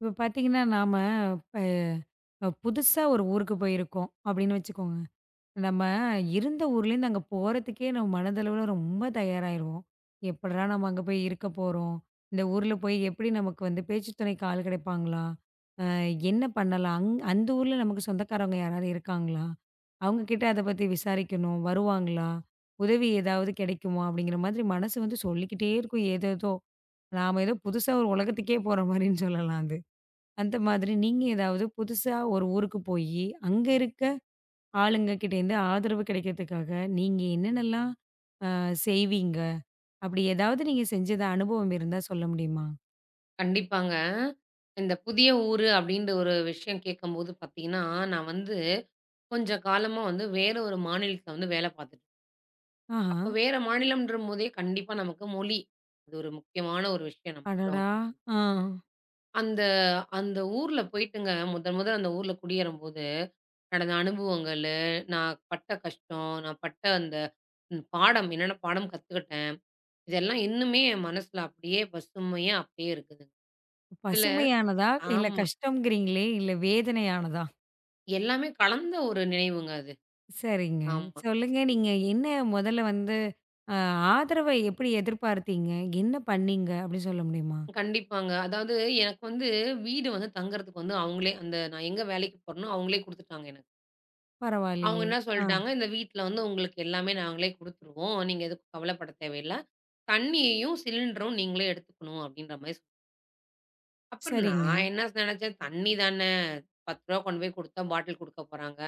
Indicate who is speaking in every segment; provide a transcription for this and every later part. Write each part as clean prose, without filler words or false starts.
Speaker 1: இப்போ பார்த்தீங்கன்னா, நாம இப்ப புதுசா ஒரு ஊருக்கு போயிருக்கோம் அப்படின்னு வச்சுக்கோங்க. நம்ம இருந்த ஊர்லேருந்து அங்க போறதுக்கே நம்ம மனதளவுல ரொம்ப தயாராகிருவோம். எப்படிடா நம்ம அங்க போய் இருக்க போறோம்? இந்த ஊர்ல போய் எப்படி நமக்கு வந்து பேச்சு துணைக்கு ஆள் கிடைப்பாங்களா? அ என்ன பண்ணலாம்? அந்த ஊர்ல நமக்கு சொந்தக்காரவங்க யாராவது இருக்காங்களா? அவங்க கிட்ட அத பத்தி விசாரிக்கணும். வருவாங்களா? உதவி ஏதாவது கிடைக்குமா? அப்படிங்கிற மாதிரி மனசு வந்து சொல்லிக்கிட்டே இருக்கும் ஏதேதோ. நாம ஏதோ புதுசா ஒரு உலகத்துக்கே போற மாரின்னு சொல்லலாம் அது. அந்த மாதிரி நீங்க ஏதாவது புதுசா ஒரு ஊருக்கு போயி, அங்க இருக்க ஆளுங்க கிட்டேருந்து ஆதரவு கிடைக்கிறதுக்காக, நீங்க என்னென்னலாம் செய்வீங்க? அப்படி ஏதாவது நீங்க செஞ்சது அனுபவம் இருந்தா சொல்ல முடியுமா?
Speaker 2: கண்டிப்பாங்க. இந்த புதிய ஊரு அப்டின்ற ஒரு விஷயம் கேட்கும்போது பார்த்தீங்கன்னா, நான் வந்து கொஞ்சம் காலமா வந்து வேற ஒரு மாநிலத்தில வந்து வேல பார்த்துட்டு
Speaker 1: ஆஹா!
Speaker 2: அப்ப வேற மாநிலம்ன்றம்போதே கண்டிப்பா நமக்கு மொழி, அது ஒரு முக்கியமான ஒரு விஷயம் நமக்குலாம்.
Speaker 1: அடடா!
Speaker 2: வந்து.
Speaker 1: ஆ.
Speaker 2: அந்த அந்த ஊர்ல போயிட்டுங்க முதன் முதல் அந்த ஊர்ல குடியேறும்போது, நடந்த அனுபவங்களு, நான் பட்ட கஷ்டம், நான் பட்ட அந்த பாடம், என்னென்ன பாடம் கத்துக்கிட்டேன். இதெல்லாம் இன்னுமே என் மனசுல அப்டியே பசுமையா அப்டியே இருக்குது. இதுல
Speaker 1: பசுமையானதா? இல்ல
Speaker 2: ஆமா.
Speaker 1: கஷ்டம்ங்கிறீங்களே! இல்ல வேதனையானதா?
Speaker 2: எல்லாமே கலந்த ஒரு நினைவுங்க அது.
Speaker 1: சரிங்க.
Speaker 2: ஆமா.
Speaker 1: சொல்லுங்க நீங்க என்ன முதல்ல வந்து அ ஆதரவ எப்படி எதிர்பார்த்தீங்க? என்ன பண்ணீங்க? அப்படி சொல்ல முடியுமா?
Speaker 2: கண்டிப்பாங்க. அதாவது எனக்கு வந்து வீடு வந்து தங்குறதுக்கு வந்து அவங்களே அந்த நான் எங்க வேலைக்கு போறேனோ அவங்களே குடுத்துட்டாங்க எனக்கு. அவங்க
Speaker 1: பரவாயில்லையே!
Speaker 2: என்ன
Speaker 1: ஆ.
Speaker 2: சொல்ட்டாங்க, "இந்த வீட்ல வந்து உங்களுக்கு எல்லாமே நாங்களே குடுத்துருவோம். நீங்க எதுக்கும் கவலைப்பட தேவையில்ல. தண்ணியையும், சிலிண்டரும் நீங்களே எடுத்துக்கணும்." அப்படீன்ற மாரி சொன் அப்புறம் நான்
Speaker 1: சரிங்க.
Speaker 2: என்ன நெனச்சேன், "தண்ணி தான. ரூ. 10 கொண்டு போய் குடுத்தா பாட்டில் குடுக்க போறாங்க.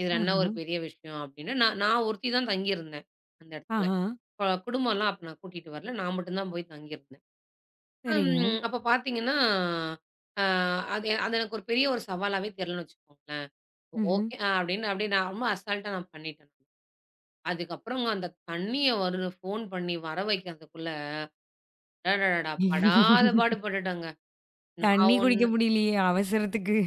Speaker 2: இதுல என்ன
Speaker 1: ஆஹா!
Speaker 2: ஒரு பெரிய விஷயம்?" அப்படீன்னு நான் நான் ஒருத்தி தான் தங்கியிருந்தேன் அந்த இடத்துல.
Speaker 1: ஆஹா!
Speaker 2: குடும்பம்லாம் அப்ப நான் கூட்டிட்டு வரல. நான் மட்டும் தான் போய் தங்கியிருந்தேன்.
Speaker 1: சரிங்க.
Speaker 2: ம். அப்ப பார்த்தீங்கன்னா, அ அது அது எனக்கு ஒரு பெரிய ஒரு சவாலாவே தெரியலன்னு வச்சுக்கோங்களேன்.
Speaker 1: ம்ஹ்ம்.
Speaker 2: ஓகே அப்படின்னு அப்படியே நான் ரொம்ப அசால்ட்டா நான் பண்ணிட்டேன். அதுக்கப்புறங்க அந்த தண்ணிய ஃபோன் பண்ணி வர வைக்கிறதுக்குள்ள, அடடடா! படாத பாடு பட்டுட்டேங்க. நான்
Speaker 1: தண்ணி குடிக்க
Speaker 2: ஒண்ணு
Speaker 1: முடியலையே அவசரத்துக்கு.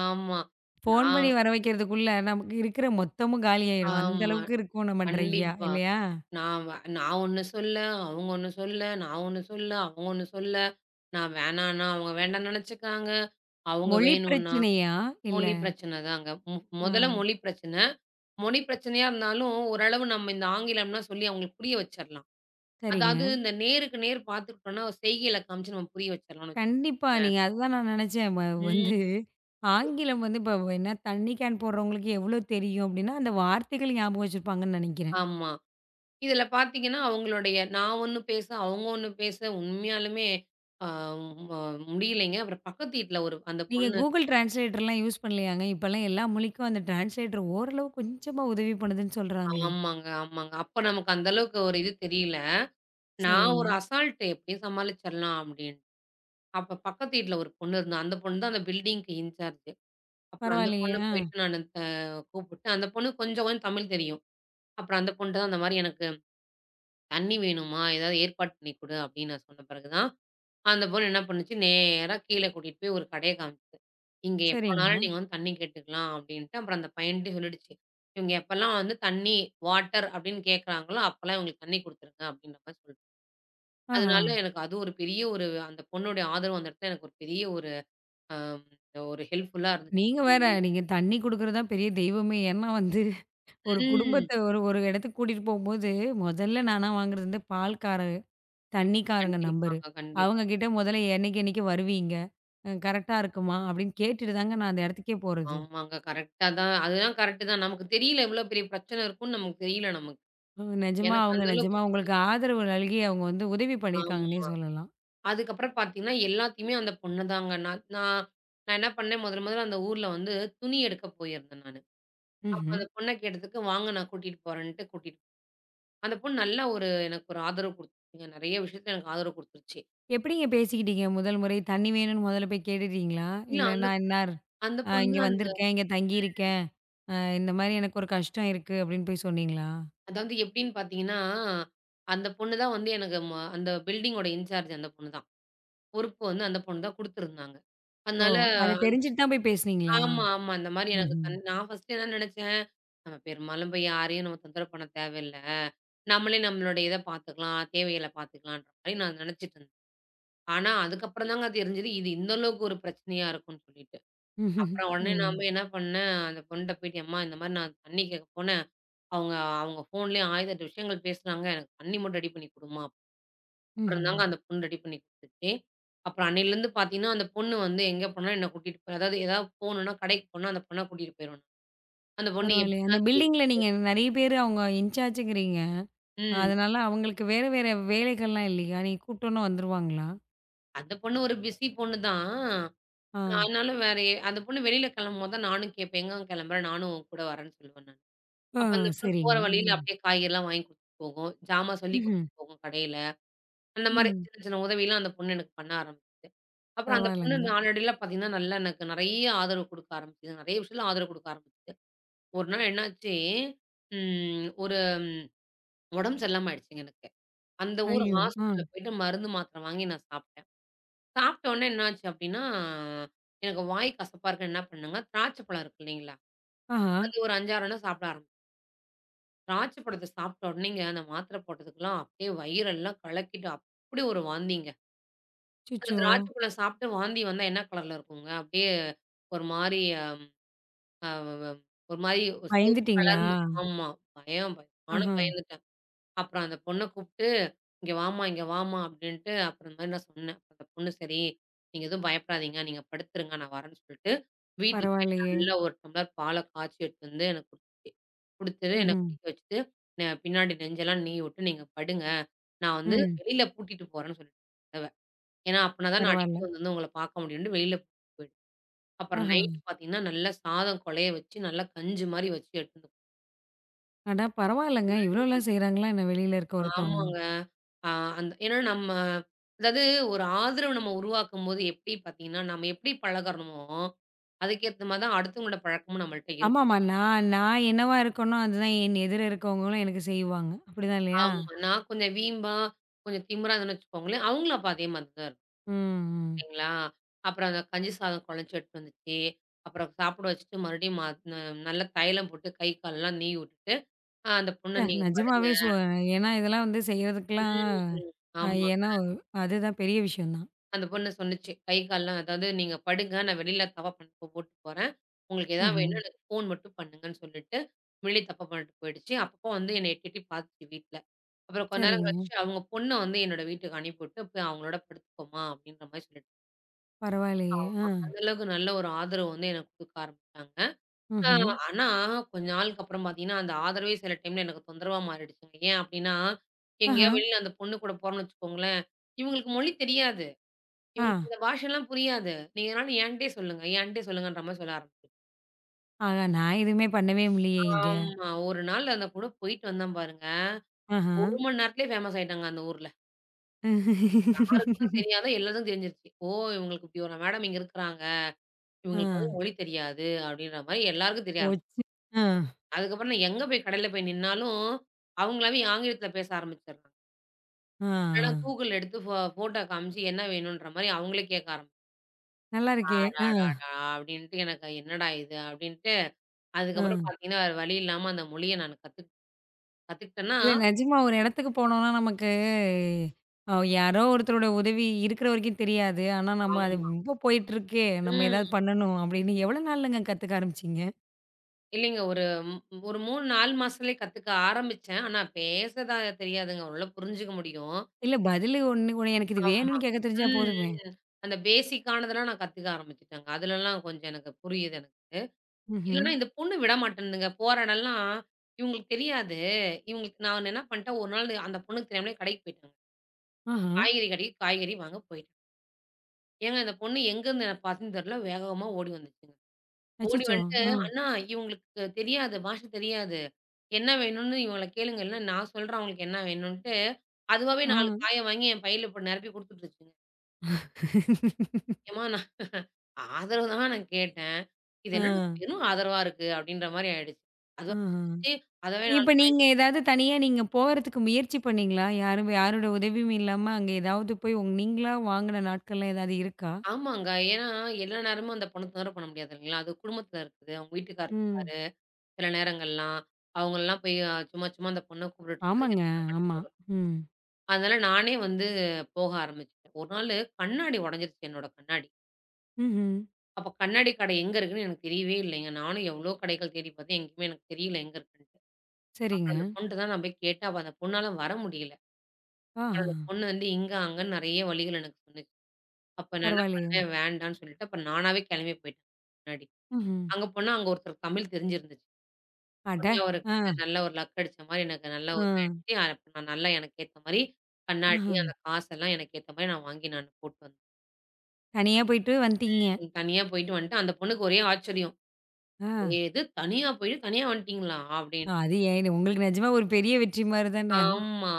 Speaker 2: ஆமா.
Speaker 1: ஃபோன் பண்ணி
Speaker 2: நான்
Speaker 1: வர வைக்கிறதுக்குள்ள நமக்கு இருக்கிற மொத்தமும் காலியாயிரும். அந்த
Speaker 2: ஆமா.
Speaker 1: அளவுக்கு இருக்கும் நம்ம ட்ரையா
Speaker 2: கண்டிப்பா.
Speaker 1: இல்லையா?
Speaker 2: நான் நான் ஒண்ணு சொல்ல, அவங்க ஒண்ணு சொல்ல, நான் ஒண்ணு சொல்ல, அவங்க ஒண்ணு சொல்ல. நான் வேணான்னா, அவங்க வேண்டான்னு நெனச்சுக்கிறாங்க. அவங்க
Speaker 1: மொழி
Speaker 2: வேணும்னா
Speaker 1: பிரச்சனையா? இல்ல.
Speaker 2: மொழி பிரச்சனை தாங்க.
Speaker 1: ஆ
Speaker 2: முதல்ல மொழி பிரச்சனை. மொழி பிரச்சனையா இருந்தாலும், ஓரளவு நம்ம இந்த ஆங்கிலம்லாம் சொல்லி அவங்களுக்கு புரிய வச்சரலாம். அதாவது
Speaker 1: சரிங்க.
Speaker 2: இந்த நேருக்கு நேர் பார்த்துக்கிட்டோம்னா, செய்கையில காமிச்சு நம்ம புரிய வச்சரலாம்ன்னு
Speaker 1: கண்டிப்பா
Speaker 2: வச்சுக்கோங்களேன்.
Speaker 1: நீங்க அதுதான் நான் நெனச்சேன். வந்து
Speaker 2: ம்.
Speaker 1: ஆங்கிலம் வந்து இப்ப என்ன தண்ணி கேன் போடுறவங்களுக்கு எவ்ளோ தெரியும் அப்டின்னா, அந்த வார்த்தைகள் ஞாபகம் வச்சிருப்பாங்கன்னு நெனைக்கிறேன்.
Speaker 2: ஆமா. இதில பார்த்தீங்கன்னா, அவங்களுடைய நான் ஒண்ணு பேச, அவங்க ஒண்ணு பேச உண்மையாலுமே அ ம முடியலைங்க. அப்புறம் பக்கத்து வீட்ல ஒரு அந்த
Speaker 1: நீங்க
Speaker 2: பொண்ணு
Speaker 1: Google டிரான்ஸ்லேட்டர்லாம் யூஸ் பண்ணலையாங்க? இப்பலாம் எல்லா மொழிக்கும் அந்த டிரான்ஸ்லேட்டர் ஓரளவு கொஞ்சமா உதவி பண்ணுதுன்னு சொல்றாங்களே.
Speaker 2: ஆமாங்க. அப்ப நமக்கு அந்த அளவுக்கு ஒரு இது தெரியல. நான்
Speaker 1: சரிங்க.
Speaker 2: ஒரு அசால்ட் எப்படியும் சமாளிச்சரலாம் அப்படின்னு. அப்ப பக்கத்து வீட்ல ஒரு பொண்ணு இருந்தா. அந்த பொண்ணு தான் அந்த பில்டிங்க்கு இன்சார்ஜ். அப்புறம் அந்த
Speaker 1: பரவாயில்லையே.
Speaker 2: பொண்ண
Speaker 1: ஆ
Speaker 2: போயிட்டு நானு அ கூப்பிட்டு, அந்த பொண்ணுக்கு கொஞ்சம் கொஞ்சம் தமிழ் தெரியும். அப்புறம் அந்த பொண்ணுட்ட தான் அந்த மாரி எனக்கு தண்ணி வேணுமா, ஏதாவது ஏற்பாடு பண்ணி குடு அப்படின்னு நான் சொன்ன பிறகு தான், அந்த பொண்ணு என்ன பண்ணுச்சு, நேரா கீழ கூட்டிட்டு போய் ஒரு கடைய காமிச்சுது. "இங்க
Speaker 1: சரிங்க.
Speaker 2: எப்பனாலும் நீங்க வந்து தண்ணி கேட்டுக்கலாம்" அப்படின்ட்டு அப்புறம் அந்த பையன்ட்டயும் சொல்லிடுச்சு. "இவங்க எப்பலாம் வந்து தண்ணி, வாட்டர் அப்படின்னு கேட்கறாங்களோ, அப்பலாம் இவங்களுக்கு தண்ணி குடுத்துருங்க" அப்படின்ற மாரி சொல்லிட்டு.
Speaker 1: ஆஹா!
Speaker 2: அதனால எனக்கு அது ஒரு பெரிய ஒரு அந்த பொண்ணுடைய ஆதரவு அந்த இடத்துல எனக்கு ஒரு பெரிய ஒரு அம் ஒரு ஹெல்ப்ஃபுல்லா இருந்துச்சு.
Speaker 1: நீங்க வேற. நீங்க தண்ணி குடுக்குறது தான் பெரிய தெய்வமே. ஏன்னா வந்து ஒரு
Speaker 2: ம்.
Speaker 1: குடும்பத்த ஒரு ஒரு இடத்துக்கு கூட்டிட்டு போம்போது, முதல்ல நானா வாங்குறது வந்து பால்காரங்க, தண்ணிக்காரங்க நம்பரு.
Speaker 2: கண்டிப்பாங்க, கண்டிப்பா.
Speaker 1: அவங்க கிட்ட முதல்ல என்னைக்கு என்னைக்கு வருவீங்க? கரெக்ட்டா இருக்குமா? அப்படின்னு கேட்டுட்டு தாங்க நான் அந்த இடத்துக்கே போறது.
Speaker 2: ஆமாங்க. கரெக்ட்டா தான் அதுதான் கரெக்ட்டு தான். நமக்கு தெரியல இவ்ளோ பெரிய பிரச்சனை இருக்கும்ன்னு நமக்கு தெரியல நமக்கு.
Speaker 1: நிஜமா
Speaker 2: எனக்கு
Speaker 1: அவங்க
Speaker 2: அந்த அளவுக்கு
Speaker 1: நிஜமா உங்களுக்கு
Speaker 2: தெரியல.
Speaker 1: ஆதரவு நல்கி அவங்க வந்து உதவி பண்ணியிருக்காங்கன்னே
Speaker 2: ஆமா.
Speaker 1: சொல்லலாம்.
Speaker 2: அதுக்கப்புறம் பார்த்தீங்கன்னா, எல்லாத்தையுமே அந்த பொண்ணு தாங்க. நான் நான் நான் என்ன பண்ணேன் முதல் முதல்ல அந்த ஊர்ல வந்து துணி எடுக்க போயிருந்தேன் நானு. அப்ப
Speaker 1: ம்ஹ்ம்.
Speaker 2: அந்த பொண்ண கேட்டதுக்கு, "வாங்க நான் கூட்டிட்டு போறேன்ட்டு" கூட்டிட்டு அந்த பொண்ணு நல்லா ஒரு எனக்கு ஒரு ஆதரவு குடுத்துச்சுங்க. நெறைய விஷயத்துல எனக்கு ஆதரவு குடுத்துருச்சு.
Speaker 1: எப்படிங்க பேசிக்கிட்டீங்க? முதல் முறை தண்ணி வேணும்னு முதல்ல போய் கேட்டுட்டீங்களா?
Speaker 2: இல்ல
Speaker 1: இல்ல
Speaker 2: அந்த
Speaker 1: நான் இன்னார்
Speaker 2: அந்த
Speaker 1: அ
Speaker 2: பொண்ணு
Speaker 1: இங்க
Speaker 2: தான்
Speaker 1: வந்திருக்கேன், இங்க தங்கியிருக்கேன். இந்த மாரி எனக்கு ஒரு கஷ்டம் இருக்கு அப்படின்னு போய் சொன்னீங்களா?
Speaker 2: அதாவது எப்படின்னு பார்த்தீங்கன்னா, அந்த பொண்ணு தான் வந்து எனக்கு அந்த பில்டிங்கோட இன்சார்ஜ் அந்த பொண்ணு தான். பொறுப்பு வந்து அந்த பொண்ணு தான் குடுத்துருந்தாங்க.
Speaker 1: ஓ!
Speaker 2: அதனால
Speaker 1: அத
Speaker 2: அப்படிங்களா?
Speaker 1: தெரிஞ்சுட்டு தான் போய் பேசுனீங்களா?
Speaker 2: ஆமா. இந்த மாரி எனக்கு
Speaker 1: ம்ஹ்ம்.
Speaker 2: நான் ஃபர்ஸ்ட்டு என்ன நெனச்சேன், நம்ம பெரும்பாலும் போய் யாரையும் நம்ம தொந்தரவு பண்ண தேவையில்ல. நம்மளே நம்மளுடைய இத பார்த்துக்கலாம், தேவைகள பார்த்துக்கலான்ற மாரி நான் நெனச்சிட்டு இருந்தேன். ஆனா, அதுக்கப்புறம் தாங்க தெரிஞ்சது, இது இந்த அளவுக்கு ஒரு பிரச்சனையா இருக்கும்ன்னு சொல்லிட்டு.
Speaker 1: ம்ஹ்ம்.
Speaker 2: அப்புறம் உடனே
Speaker 1: ம்.
Speaker 2: நான் போய் என்ன பண்ணேன், அந்த பொண்ணுட்ட போயிட்டு, "எம்மா இந்த மாரி நான் தண்ணி கேட்க போனேன். அவங்க அவங்க ஃபோன்லயே 1008 விஷயங்கள் பேசுனாங்க. எனக்கு தண்ணி மட்டும் ரெடி பண்ணி குடும்மா." அப்புறம்
Speaker 1: ம்ஹ்ம்.
Speaker 2: தாங்க அந்த பொண்ணு ரெடி பண்ணி குடுத்துச்சு. அப்புறம் அன்னையிலேருந்து பார்த்தீங்கன்னா, அந்த பொண்ணு வந்து எங்க போனாலும் என்ன கூட்டிட்டு போய் அதாவது ஏதாவது போணும்னா கடைக்கு போனா அந்த பொண்ண கூட்டிட்டு போயிரும். அந்த பொண்ணு
Speaker 1: பரவாயில்லையே. அந்த
Speaker 2: எப்படிலாம் கேக்
Speaker 1: பில்டிங்ல நீங்க நெறைய பேரு அவங்க இன்சார்ஜ்ங்கிறீங்க.
Speaker 2: ம்.
Speaker 1: அதனால அவங்களுக்கு வேற வேற வேலைகள்லாம் இல்லையா? நீங்க கூப்பிட்டோனே வந்துருவாங்களா?
Speaker 2: அந்த பொண்ணு ஒரு பிஸி பொண்ணு தான்.
Speaker 1: ஆ.
Speaker 2: ஆனாலும் வேற எ அந்த பொண்ணு வெளியில கிளம்பும்போது தான் நானும் கேட்பேன், "எங்க கிளம்புற? நானும் உன் கூட வரேன்னு" சொல்லுவேன் நானு.
Speaker 1: ஆ
Speaker 2: அப்ப அந்த பொண்ணு
Speaker 1: சரிங்க.
Speaker 2: போற வழியில
Speaker 1: ம்.
Speaker 2: அப்படியே காய்கறிலாம் வாங்கி குடுத்துட்டு போகும். ஜாமான் சொல்லி
Speaker 1: ம்ஹ்ம்.
Speaker 2: குடுத்துட்டு போகும் கடையில. அந்த மாரி
Speaker 1: ம்.
Speaker 2: சின்ன, சின்ன உதவிலாம் அந்த பொண்ணு எனக்கு பண்ண ஆரம்பிச்சுது. அப்புறம் அந்த பொண்ணு
Speaker 1: பரவாயில்லங்க.
Speaker 2: நாளடைவில பார்த்தீங்கன்னா, நல்லா எனக்கு நெறைய ஆதரவு குடுக்க ஆரம்பிச்சுது. நெறைய விஷயத்துல ஆதரவு குடுக்க ஆரம்பிச்சுது. ஒரு நாள் என்னாச்சு, ம் ஒரு ம், உடம்பு சரியில்லாம ஆயிடுச்சுங்க எனக்கு. அந்த ஊர்
Speaker 1: ஐயோ! ஆ.
Speaker 2: ஹாஸ்பிட்டல் போயிட்டு மருந்து, மாத்திரை வாங்கி நான் சாப்பிட்டேன். சாப்பிட்ட உடனே என்னாச்சு அப்டின்னா, எனக்கு வாய் கசப்பா இருக்குன்னு என்ன பண்ணேங்க, திராட்சை பழம் இருக்கு இல்லைங்களா?
Speaker 1: ஆஹா.
Speaker 2: அது ஒரு 5, 6 எண்ணம் சாப்பிட ஆரம்பிச்சேன். திராட்சை பழத்த சாப்பிட்ட உடனேங்க, அந்த மாத்திரை போட்டதுக்கெல்லாம் அப்படியே வயிறெல்லாம் கலக்கிட்டு, அப்படி ஒரு வாந்திங்க. அந்த
Speaker 1: அச்சச்சோ!
Speaker 2: திராட்சை பழம் சாப்பிட்டு வாந்தி வந்தா என்ன கலர்ல இருக்குங்க? அப்படியே ஒரு மாரி அம் அ ஒரு மாரி சிவப்பு
Speaker 1: பயந்துட்டீங்களா?
Speaker 2: கலர்ல ஆமா. பயம் பயம் நானும்
Speaker 1: ஆஹா!
Speaker 2: பயந்துட்டேன். அப்புறம் அந்த பொண்ண கூப்ட்டு, "இங்க வாம்மா, இங்க வாம்மா" அப்படின்ட்டு அப்புறம் இந்த மாரி நான் சொன்னேன். அந்த பொண்ணு, "சரி, நீங்க எதுவும் பயப்படாதீங்க. நீங்க படுத்துருங்க. நான் வரேன்னு" சொல்லிட்டு, வீட்ல போய்
Speaker 1: பரவாயில்லையே!
Speaker 2: நல்லா ஒரு டம்ளர் பால காய்ச்சி எடுத்துட்டு வந்து எனக்கு குடுத்துச்சு. குடுத்துட்டு என்ன
Speaker 1: ம்ஹ்ம்.
Speaker 2: குடிக்க வச்சுட்டு, " பின்னாடி நெஞ்செல்லாம் நீவி விட்டு நீங்க படுங்க. நான் வந்து
Speaker 1: ம்.
Speaker 2: வெளியில பூட்டிட்டு போறேன்னு" சொல்லிட்டேன் கதவ. ஏன்னா, அப்பன்னா தான் நான்
Speaker 1: பரவால்ல.
Speaker 2: அடிக்கடி வந்து வந்து உங்கள பார்க்க முடியும்ன்ட்டு வெளியில கூட்டிட்டு போயிடுவேன். அப்புறம்
Speaker 1: ஆஹா!
Speaker 2: நைட்டு பார்த்தீங்கன்னா, நல்லா சாதம் கொழைய வச்சு, நல்லா கஞ்சி மாரி வச்சு எடுத்துட்டு போகும்.
Speaker 1: அடா பரவாயில்லங்க. இவ்ளோலாம் செய்றாங்களா என்ன வெளியில இருக்க ஒருத்தவங்க?
Speaker 2: ஆமாங்க. ஆ அந்த ஏன்னா நம்ம அதாவது ஒரு ஆதரவு நம்ம உருவாக்கும்போது எப்படி பார்த்தீங்கன்னா, நம்ம எப்படி பழகுறோமோ, அதுக்கேத்த மாரி தான் அடுத்தவங்களோட பழக்கமும் நம்மள்ட்ட இருக்கும்.
Speaker 1: ஆமாமா. நான் நான் என்னவா இருக்கேனோ, அதுதான் என் எதிர இருக்கவங்களும் எனக்கு செய்வாங்க. அப்படிதான் இல்லையா?
Speaker 2: ஆமா. நான் கொஞ்சம் வீம்பா, கொஞ்சம் திமிரா இருந்தேன்னு வச்சுக்கோங்களேன், அவங்களும் அப்ப அதே மாதிரி தான் இருக்கும்
Speaker 1: ம், ம்.
Speaker 2: இல்லைங்களா? அப்புறம் அந்த கஞ்சி சாதம் கொழச்சு எடுத்துட்டு வந்துச்சு. அப்புறம் சாப்பிட வச்சுட்டு மறுபடியும் ம ந நல்லா தைலம் போட்டு கை, கால்லாம் நீவி விட்டுட்டு அந்த பொண்ண நீங்க படுங்க.
Speaker 1: நிஜமாவே ஏன்னா இதெல்லாம் வந்து செய்றதுக்குலாம்
Speaker 2: ம்.
Speaker 1: அ
Speaker 2: ஆமா.
Speaker 1: ஏன்னா ஒரு- அதுதான் பெரிய விஷயம் தான்.
Speaker 2: அந்த பொண்ணு சொன்னுச்சு. கை, கால்லாம் அதாவது நீங்க படுங்க. நான் வெளியில தப்பா பண்ண போட்டு போறேன். உங்களுக்கு எதாவது
Speaker 1: ம்ஹ்ம்.
Speaker 2: வேணும்னா எனக்கு ஃபோன் மட்டும் பண்ணுங்கன்னு சொல்லிட்டு, வெளிய தப்பா பண்ணிட்டு போயிடுச்சு. அப்பப்போ வந்து என்னை எட்டி, எட்டி பார்த்துச்சு வீட்ல. அப்புறம் கொஞ்ச நேரம்
Speaker 1: சரிங்க.
Speaker 2: கழிச்சு அவங்க பொண்ண வந்து என்னோட வீட்டுக்கு அனுப்பிவிட்டு, போய் அவங்களோட படுத்துக்கோமா அப்படின்ற மாரி சொல்லிட்டு
Speaker 1: பரவாயில்லையே! ஆ.
Speaker 2: ஆமா. அந்த அளவுக்கு நல்ல ஒரு ஆதரவு வந்து எனக்கு குடுக்க ஆரம்பிச்சாங்க. ஆ,
Speaker 1: ம்ஹ்ம்.
Speaker 2: ஆனா, கொஞ்ச நாளுக்கு அப்புறம் பார்த்தீங்கன்னா, அந்த ஆதரவே சில டைம்ல எனக்கு தொந்தரவா மாறிடுச்சுங்க. ஏன் அப்டின்னா,
Speaker 1: ஆஹா!
Speaker 2: எங்கேயாவது வெளியில அந்த பொண்ணு கூட போறோம்னு வச்சுக்கோங்களேன், இவங்களுக்கு மொழி தெரியாது.
Speaker 1: ஆ.
Speaker 2: இவங்களுக்கு இந்த பாஷைலாம் புரியாது. நீங்க எதுனாலும் என்ட்டயே சொல்லுங்க, என்ட்டயே சொல்லுங்கன்ற மாரி சொல்ல ஆரம்பிச்சுருவாங்க.
Speaker 1: ஆஹா! நான் எதுவுமே பண்ணவே முடியலையே இங்க.
Speaker 2: ஆமா. ஒரு நாள் அந்த கூட போயிட்டு வந்தேன் பாருங்க.
Speaker 1: ஆஹா!
Speaker 2: 1 மணி நேரத்திலயே ஃபேமஸ் ஆயிட்டாங்க அந்த ஊர்ல. யாருக்குமே தெரியாத எல்லாத்துக்கும் தெரிஞ்சிருச்சு. ஓ! இவங்களுக்கு இப்டி ஒரு மேடம் இங்க இருக்கிறாங்க.
Speaker 1: ஆ.
Speaker 2: இவங்களுக்கு வந்து மொழி தெரியாது அப்டின்ற மாரி எல்லாருக்கும் தெரிய
Speaker 1: ஓ!
Speaker 2: ஆரம்பிச்சுச்சு.
Speaker 1: சி ஆ,
Speaker 2: அதுக்கப்புறம் நான் எங்க போய் கடையில போய் நின்னாலும், அவங்களாவே ஆங்கிலத்தில பேச ஆரம்பிச்சுடுறாங்க.
Speaker 1: ஆ, ஆ.
Speaker 2: இல்லன்னா Google எடுத்து ஃபோட்டோ காமிச்சு என்ன வேணுன்ற மாரி அவங்களே கேட்க ஆரம்பிச்சுட்டாங்க.
Speaker 1: நல்லா இருக்கே! ஆ,
Speaker 2: அடாடாடா! அப்டின்ட்டு எனக்கு என்னடா இது அப்டின்ட்டு,
Speaker 1: ஆ.
Speaker 2: அதுக்கப்புறம் பார்த்தீங்கன்னா, வேற வழி இல்லாம அந்த மொழிய நான் கத்துக்கிட்டேன்னா
Speaker 1: இல்ல நிஜமா ஒரு இடத்துக்கு போனோம்னா நமக்கு யாரோ ஒருத்தரோட உதவி இருக்கிற வரைக்கும் தெரியாது. ஆனா நம்ம அது
Speaker 2: ஆமா.
Speaker 1: ரொம்ப போயிட்டுருக்கே! நம்ம ஏதாவது
Speaker 2: ம்.
Speaker 1: பண்ணணும் அப்படின்னு எவ்வளோ நாள்லங்க கத்துக்க ஆரம்பிச்சீங்க?
Speaker 2: இல்லைங்க ஒரு ஒரு 3, 4 மாசத்துலயே கத்துக்க ஆரம்பிச்சேன். ஆனா பேசதா தெரியாதுங்க. ஓரளவு புரிஞ்சுக்க முடியும்.
Speaker 1: இல்ல பதிலு ஒண்ணு ஒண்ணு எனக்கு இது
Speaker 2: ஆமா.
Speaker 1: வேணும்னு கேட்க தெரிஞ்சா
Speaker 2: ம்,
Speaker 1: போதுமே!
Speaker 2: ம். அந்த பேசிக்கானதெல்லாம் நான் கத்துக்க ஆரம்பிச்சுட்டேங்க. அதுலலாம் கொஞ்சம் எனக்கு புரியுது எனக்கு.
Speaker 1: ம்ஹ்ம்.
Speaker 2: இல்லன்னா, இந்த பொண்ணு விடமாட்டேன்துங்க. போற இடம்லாம் இவங்களுக்கு தெரியாது. இவங்களுக்கு நான் என்ன பண்ட்டேன், ஒரு நாள் அந்த பொண்ணுக்கு தெரியாமலே கடைக்கு போயிட்டேங்க.
Speaker 1: ஆஹா!
Speaker 2: காய்கறி கடைக்கு காய்கறி வாங்க போயிட்டேன். ஏங்க இந்த பொண்ணு எங்கருந்து என்ன பாத்துன்னு தெரியல, வேகமா ஓடி வந்துச்சுங்க. ஓடி
Speaker 1: அச்சச்சோ!
Speaker 2: வந்துட்டு,
Speaker 1: ஆ,
Speaker 2: "அண்ணா இவங்களுக்கு தெரியாது, பாஷை தெரியாது. என்ன வேணும்னு இவங்கள கேளுங்க. இல்ல நான் சொல்றேன் அவங்களுக்கு என்ன வேணும்ன்ட்டு" அதுவாவே
Speaker 1: ஆ.
Speaker 2: 4 காய வாங்கி என் பையில போட்டு நிரப்பி குடுத்துட்டுருச்சுங்க. ஏம்மா நான் ஆதரவு தான் நான் கேட்டேன். இது
Speaker 1: ஆ,
Speaker 2: என்னடா வெறும் ஆதரவா இருக்கு அப்படின்ற மாரி ஆயிடுச்சு.
Speaker 1: ஆஹா.
Speaker 2: அதுவா
Speaker 1: இப்ப நீங்க ஏதாவது தனியா நீங்க போறதுக்கு முயற்சி பண்ணீங்களா? யாரும் யாரோட உதவியும் இல்லாம அங்க ஏதாவது போய் நீங்களா வாங்குன நாட்கள்லாம் ஏதாவது இருக்கா?
Speaker 2: ஆமாங்க. ஏன்னா, எல்லா நேரமும் அந்த பணத்த நகர பண்ண முடியாது இல்லைங்களா? அது குடும்பத்தில இருக்குது. அவங்க வீட்டுக்காரர்
Speaker 1: ம்.
Speaker 2: இருப்பாரு. சில நேரங்கள்லாம், அவங்கலாம் போய் சும்மா அந்த பொண்ண கூப்பிட்டுட்டு இருக்கிறதுக்கு
Speaker 1: ஆமாங்க.
Speaker 2: எனக்கு சங்கடமா
Speaker 1: ஆமா.
Speaker 2: வரும்.
Speaker 1: ம்.
Speaker 2: அதனால நானே வந்து போக ஆரம்பிச்சுட்டேன். ஒரு நாளு கண்ணாடி உடைஞ்சிருச்சு என்னோட கண்ணாடி.
Speaker 1: ம்ஹ்ம்.
Speaker 2: அப்ப கண்ணாடி கடை எங்க இருக்குன்னு எனக்கு தெரியவே இல்லைங்க. நானும் எவ்வளோ கடைகள் தேடி பார்த்தேன். எங்கேயுமே எனக்கு தெரியல எங்க இருக்குன்ட்டு. அப்புறம்
Speaker 1: சரிங்க.
Speaker 2: அந்த பொண்ணுட்ட தான் நான் போய் கேட்டேன். அப்ப அந்த பொண்ணால வர முடியல. அப்புறம்
Speaker 1: ஆஹா!
Speaker 2: அந்த பொண்ணு வந்து இங்க, அங்கன்னு நெறைய வழிகள் எனக்கு சொன்னுச்சு. அப்ப நான் என்ன
Speaker 1: பரவாயில்லையே!
Speaker 2: பண்ணேன், வேண்டான்னு சொல்லிட்டு, அப்ப நானாவே கெளம்பி போயிட்டேன் முன்னாடி.
Speaker 1: ம்ஹ்ம்.
Speaker 2: அங்க போனா அங்க ஒருத்தருக்கு தமிழ் தெரிஞ்சிருந்துச்சு.
Speaker 1: அட!
Speaker 2: உடனே
Speaker 1: ஆ,
Speaker 2: அவருகிட்ட நல்ல ஒரு லக் அடிச்ச மாரி எனக்கு நல்ல
Speaker 1: ஆ,
Speaker 2: ஒரு இதாயிடுச்சு. அப்ப நான் நல்லா எனக்கு ஏத்த மாரி
Speaker 1: ஆஹ.
Speaker 2: கண்ணாடி, அந்த காசெல்லாம் எனக்கு ஏத்த மாரி நான் வாங்கி நான் போட்டு வந்தேன்.
Speaker 1: தனியா போயிட்டு வந்துட்டீங்க.
Speaker 2: தனியா போயிட்டு வந்துட்டு அந்த பொண்ணுக்கு ஒரே ஆச்சரியம்.
Speaker 1: ஆ.
Speaker 2: "எது தனியா போயிட்டு தனியா வந்துட்டீங்களா?" அப்படின்னு.
Speaker 1: அது ஏன் உங்களுக்கு நிஜமா ஒரு பெரிய வெற்றி மாரி தான.
Speaker 2: ஆமா.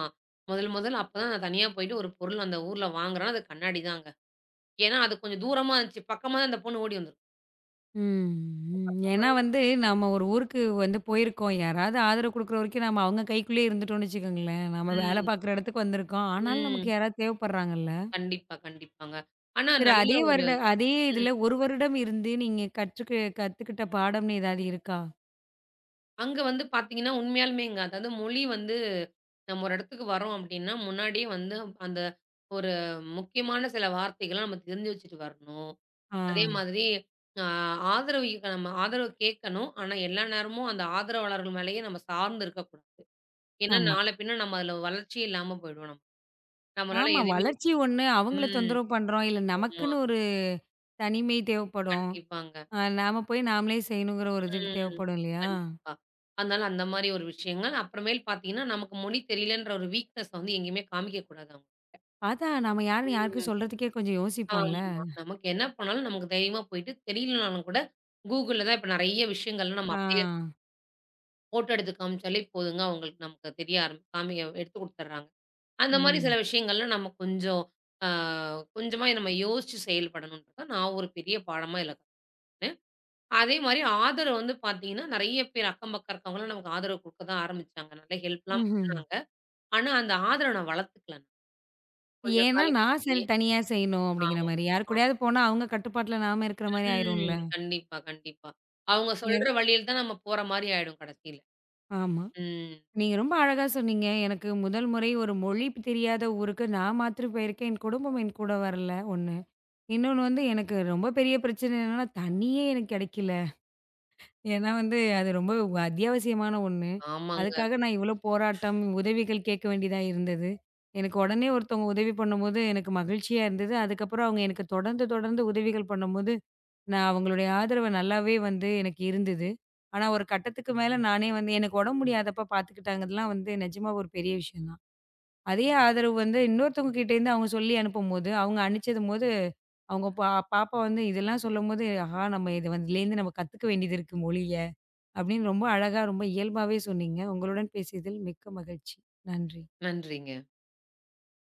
Speaker 2: முதல் முதல்ல அப்பதான் நான் தனியா போயிட்டு ஒரு பொருள் அந்த ஊர்ல வாங்குறேன். அது கண்ணாடி தாங்க. ஏன்னா அது கொஞ்சம் தூரமா இருந்துச்சு. பக்கமா தான் அந்த பொண்ணு ஓடி வந்திருக்கும்.
Speaker 1: ம், ம். ஏன்னா வந்து நம்ம ஒரு ஊருக்கு வந்து போயிருக்கோம். யாராவது ஆதரவு குடுக்குற வரைக்கும் நம்ம அவங்க கைக்குள்ளயே இருந்துட்டோம்னு வச்சுக்கோங்களேன். நம்ம வேலை
Speaker 2: ம்.
Speaker 1: பார்க்குற இடத்துக்கு வந்திருக்கோம். ஆனாலும் நமக்கு
Speaker 2: ம்.
Speaker 1: யாராவது தேவைப்படுறாங்கல்ல.
Speaker 2: கண்டிப்பா, கண்டிப்பாங்க. ஆனா
Speaker 1: சரி
Speaker 2: நல்ல
Speaker 1: அதே
Speaker 2: ஒரு
Speaker 1: வருட அதே இதுல 1 வருடம் இருந்து நீங்க கத்துக்கிட்ட பாடம்னு ஏதாவது இருக்கா?
Speaker 2: அங்க வந்து பார்த்தீங்கன்னா, உண்மையாலுமேங்க. அதாவது மொழி வந்து நம்ம ஒரு இடத்துக்கு வரோம் அப்டின்னா, முன்னாடியே வந்து அந்த ஒரு முக்கியமான சில வார்த்தைகள நம்ம தெரிஞ்சு வச்சுட்டு வரணும்.
Speaker 1: ஆ.
Speaker 2: அதே மாதிரி அ நம்ம ஆதரவு கேட்கணும். ஆனா, எல்லா நேரமும் அந்த ஆதரவாளர்கள் மேலேயே நம்ம சார்ந்து இருக்கக்கூடாது. ஏன்னா,
Speaker 1: ஆமா.
Speaker 2: நாள பின்ன நம்ம அதுல வளர்ச்சி இல்லாம போயிடுவோம் நம்ம. நம்மளால
Speaker 1: ஆமா.
Speaker 2: எதுவுமே
Speaker 1: வளர்ச்சி ஒண்ணு. அவங்கள
Speaker 2: ம்.
Speaker 1: தொந்தரவு பண்றோம். இல்ல
Speaker 2: ஆமா.
Speaker 1: நமக்குன்னு ஒரு தனிமை தேவைப்படும்.
Speaker 2: கண்டிப்பாங்க.
Speaker 1: நாம போய் நாமளே செய்யணுங்கிற ஒரு இது
Speaker 2: ம்.
Speaker 1: தேவைப்படும் இல்லையா?
Speaker 2: கண்டிப்பா. அதனால அந்த மாரி ஒரு விஷயங்கள். அப்புறமேல் பார்த்தீங்கன்னா, நமக்கு மொழி தெரியலன்ற ஒரு வீக்னஸ் வந்து எங்கேயுமே காமிக்கக்கூடாது.
Speaker 1: அதான் நம்ம யாருன்னு யாருக்கும்
Speaker 2: ம்.
Speaker 1: சொல்றதுக்கே கொஞ்சம்
Speaker 2: ஆமா.
Speaker 1: யோசிப்போம்ல.
Speaker 2: நமக்கு என்ன பண்ணாலும் நமக்கு தைரியமா போயிட்டு, தெரியலனாலும் கூட Googleல தான் இப்ப நெறைய விஷயங்கள்லாம்
Speaker 1: ஆ.
Speaker 2: நம்ம அப்படியே ஃபோட்டோ எடுத்து காமிச்சாலே போதுங்க, அவங்களுக்கு நமக்கு தெரிய காமிக்க எடுத்து குடுத்துர்றாங்க. அந்த மாரி சில
Speaker 1: ம்.
Speaker 2: விஷயங்கள்ல நம்ம கொஞ்சம் ஆ கொஞ்சமா நம்ம யோசிச்சு செயல்படணும்ன்றத நான் ஒரு பெரிய பாடமா இதுல கத்துக்கிட்டேன். அதே மாரி ஆதரவு வந்து பாத்தீங்கன்னா, நெறைய பேர் அக்கம் பக்கம் இருக்கவங்கலாம் நமக்கு ஆதரவு குடுக்க தான் ஆரம்பிச்சாங்க. நல்ல ஹெல்ப்லாம்
Speaker 1: ம்ஹ்ம்.
Speaker 2: பண்ணாங்க. ஆனா அந்த ஆதரவ நான் வளர்த்துக்கல. கொஞ்ச
Speaker 1: ஏன்னா, நான்
Speaker 2: காலகட்டத்திலயே.
Speaker 1: தனியா செய்யணும் அப்படிங்கிற
Speaker 2: ஆமா.
Speaker 1: மாரி. யாரு கூடயாவது போனா அவங்க கட்டுப்பாட்டுல நாம இருக்கிற மாரி ஆயிரும்ல.
Speaker 2: ம். கண்டிப்பா, கண்டிப்பா. அவங்க
Speaker 1: நீங்க
Speaker 2: சொல்ற வழியில தான் நம்ம போற மாரி ஆயிடும் கடைசியில.
Speaker 1: ஆமா.
Speaker 2: ம்.
Speaker 1: நீங்க ரொம்ப அழகா சொன்னீங்க. எனக்கு முதல் முறை ஒரு மொழி தெரியாத ஊருக்கு நான் மாத்திரம் போயிருக்கேன். என் குடும்பம் என் கூட வரல, 1. இன்னொன்னு வந்து எனக்கு ரொம்ப பெரிய பிரச்சனை என்னன்னா, தண்ணியே எனக்கு கிடைக்கல. ஏன்னா வந்து அது ரொம்ப அத்தியாவசியமான ஒண்ணு.
Speaker 2: ஆமாங்க.
Speaker 1: அதுக்காக நான் இவ்வளோ போராட்டம், உதவிகள் கேட்க வேண்டியதா இருந்தது. எனக்கு உடனே ஒருத்தவங்க உதவி பண்ணும்போது எனக்கு மகிழ்ச்சியா இருந்தது. அதுக்கப்புறம் அவங்க எனக்கு தொடர்ந்து தொடர்ந்து உதவிகள் பண்ணும்போது நான் அவங்களுடைய ஆதரவு நல்லாவே வந்து எனக்கு இருந்தது. ஆனா ஒரு கட்டத்துக்கு மேல நானே வந்து எனக்கு உடம்பு முடியாதப்ப பார்த்துக்கிட்டாங்கதெல்லாம் வந்து நிஜமா ஒரு பெரிய விஷயம் தான். அதே ஆதரவு வந்து இன்னொருத்தவங்க கிட்டேருந்து அவங்க சொல்லி அனுப்பும்போது, அவங்க அனுப்பிச்சதும்போது, அவங்க பாப்பா வந்து இதெல்லாம் சொல்லும்போது, "ஆஹா! நம்ம இது வந்து இதுலேருந்து நம்ம கத்துக்க வேண்டியது இருக்கு மொழிய." அப்படின்னு ரொம்ப அழகா, ரொம்ப இயல்பாவே சொன்னீங்க. உங்களுடன் பேசியதில் மிக்க மகிழ்ச்சி. நன்றி.
Speaker 2: நன்றிங்க.